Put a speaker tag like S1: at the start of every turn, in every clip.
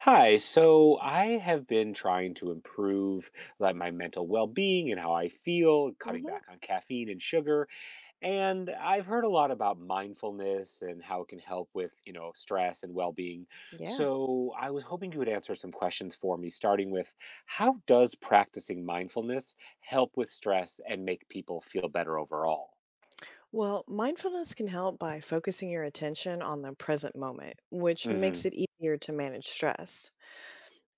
S1: Hi, so I have been trying to improve like my mental well-being and how I feel, cutting
S2: hmm
S1: back on caffeine and sugar, and I've heard a lot about mindfulness and how it can help with, stress and well-being.
S2: Yeah.
S1: So, I was hoping you would answer some questions for me, starting with how does practicing mindfulness help with stress and make people feel better overall?
S2: Well, mindfulness can help by focusing your attention on the present moment, which
S1: Mhm.
S2: makes it easier to manage stress.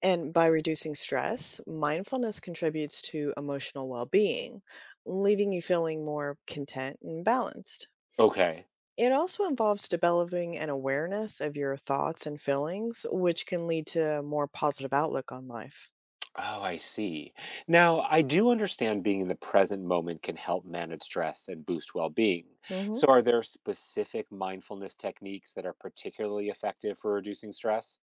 S2: And by reducing stress, mindfulness contributes to emotional well being, leaving you feeling more content and balanced.
S1: Okay.
S2: It also involves developing an awareness of your thoughts and feelings, which can lead to a more positive outlook on life.
S1: Oh, I see. Now, I do understand being in the present moment can help manage stress and boost well being.
S2: hmm
S1: So, are there specific mindfulness techniques that are particularly effective for reducing stress?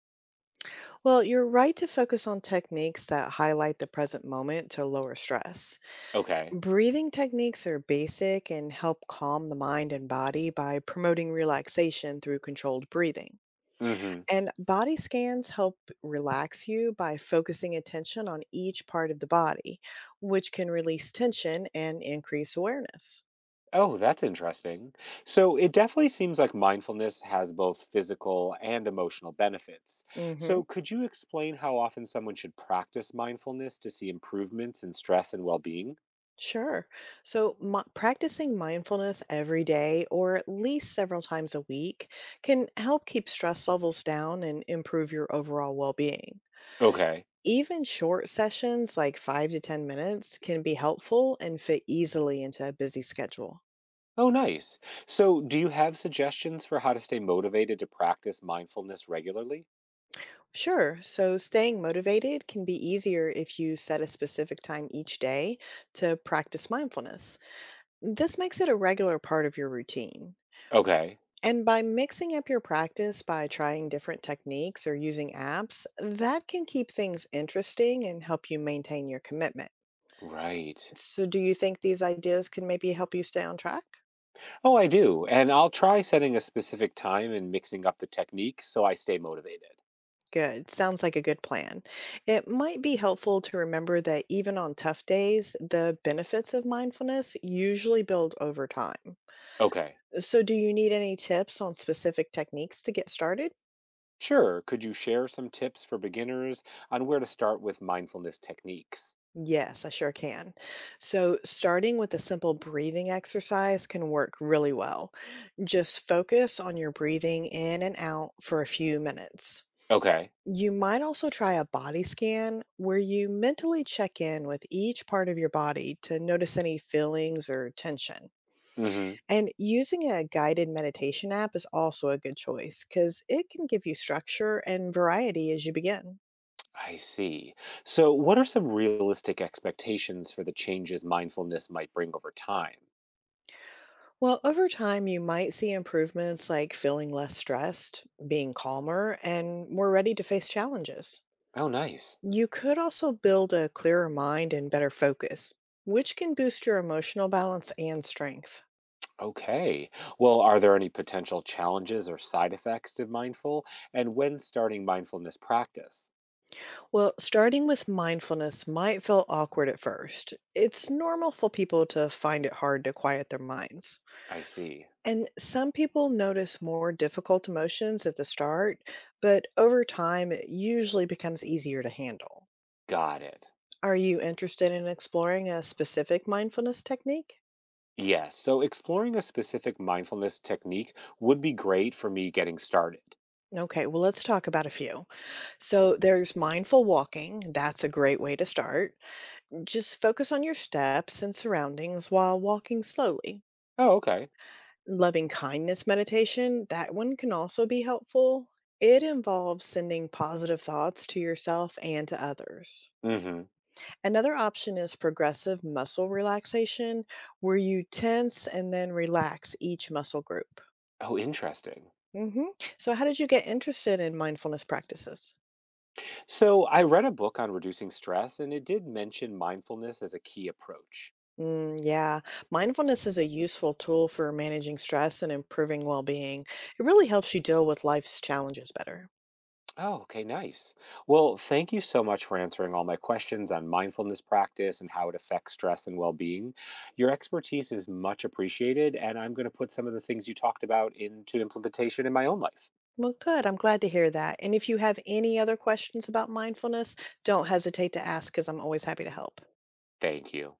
S2: Well, you're right to focus on techniques that highlight the present moment to lower stress.
S1: Okay.
S2: Breathing techniques are basic and help calm the mind and body by promoting relaxation through controlled breathing.
S1: hmm
S2: And body scans help relax you by focusing attention on each part of the body, which can release tension and increase awareness.
S1: Oh, that's interesting. So, it definitely seems like mindfulness has both physical and emotional benefits.
S2: Hmm.
S1: So, could you explain how often someone should practice mindfulness to see improvements in stress and well being?
S2: Sure. So, practicing mindfulness every day or at least several times a week can help keep stress levels down and improve your overall well being.
S1: Okay.
S2: Even short sessions, like 5 to 10 minutes, can be helpful and fit easily into a busy schedule.
S1: Oh, nice. So, do you have suggestions for how to stay motivated to practice mindfulness regularly?
S2: Sure, so staying motivated can be easier if you set a specific time each day to practice mindfulness. This makes it a regular part of your routine.
S1: Okay.
S2: And by mixing up your practice by trying different techniques or using apps, that can keep things interesting and help you maintain your commitment.
S1: Right.
S2: So, do you think these ideas can maybe help you stay on track?
S1: Oh, I do. And I'll try setting a specific time and mixing up the techniques so I stay motivated.
S2: Good. Sounds like a good plan. It might be helpful to remember that even on tough days, the benefits of mindfulness usually build over time.
S1: Okay.
S2: So, do you need any tips on specific techniques to get started?
S1: Sure. Could you share some tips for beginners on where to start with mindfulness techniques?
S2: Yes, I sure can. So, starting with a simple breathing exercise can work really well. Just focus on your breathing in and out for a few minutes.
S1: Okay.
S2: You might also try a body scan where you mentally check in with each part of your body to notice any feelings or tension.
S1: Mm-hmm.
S2: And using a guided meditation app is also a good choice because it can give you structure and variety as you begin.
S1: I see. So, what are some realistic expectations for the changes mindfulness might bring over time?
S2: Well, over time, you might see improvements like feeling less stressed, being calmer, and more ready to face challenges.
S1: Oh, nice.
S2: You could also build a clearer mind and better focus, which can boost your emotional balance and strength.
S1: Okay. Well, are there any potential challenges or side effects to mindful? And when starting mindfulness practice?
S2: Well, starting with mindfulness might feel awkward at first. It's normal for people to find it hard to quiet their minds.
S1: I see.
S2: And some people notice more difficult emotions at the start, but over time, it usually becomes easier to handle.
S1: Got it.
S2: Are you interested in exploring a specific mindfulness technique?
S1: Yes. So exploring a specific mindfulness technique would be great for me getting started.
S2: Okay, well, let's talk about a few. So, there's mindful walking. That's a great way to start. Just focus on your steps and surroundings while walking slowly.
S1: Oh, okay.
S2: Loving kindness meditation, that one can also be helpful. It involves sending positive thoughts to yourself and to others.
S1: Mm-hmm.
S2: Another option is progressive muscle relaxation, where you tense and then relax each muscle group.
S1: Oh, interesting.
S2: hmm So, how did you get interested in mindfulness practices?
S1: So I read a book on reducing stress, and it did mention mindfulness as a key approach.
S2: Mm, yeah, mindfulness is a useful tool for managing stress and improving well being. It really helps you deal with life's challenges better.
S1: Oh, okay, nice. Well, thank you so much for answering all my questions on mindfulness practice and how it affects stress and well being. Your expertise is much appreciated, and I'm going to put some of the things you talked about into implementation in my own life.
S2: Well, good. I'm glad to hear that. And if you have any other questions about mindfulness, don't hesitate to ask because I'm always happy to help.
S1: Thank you.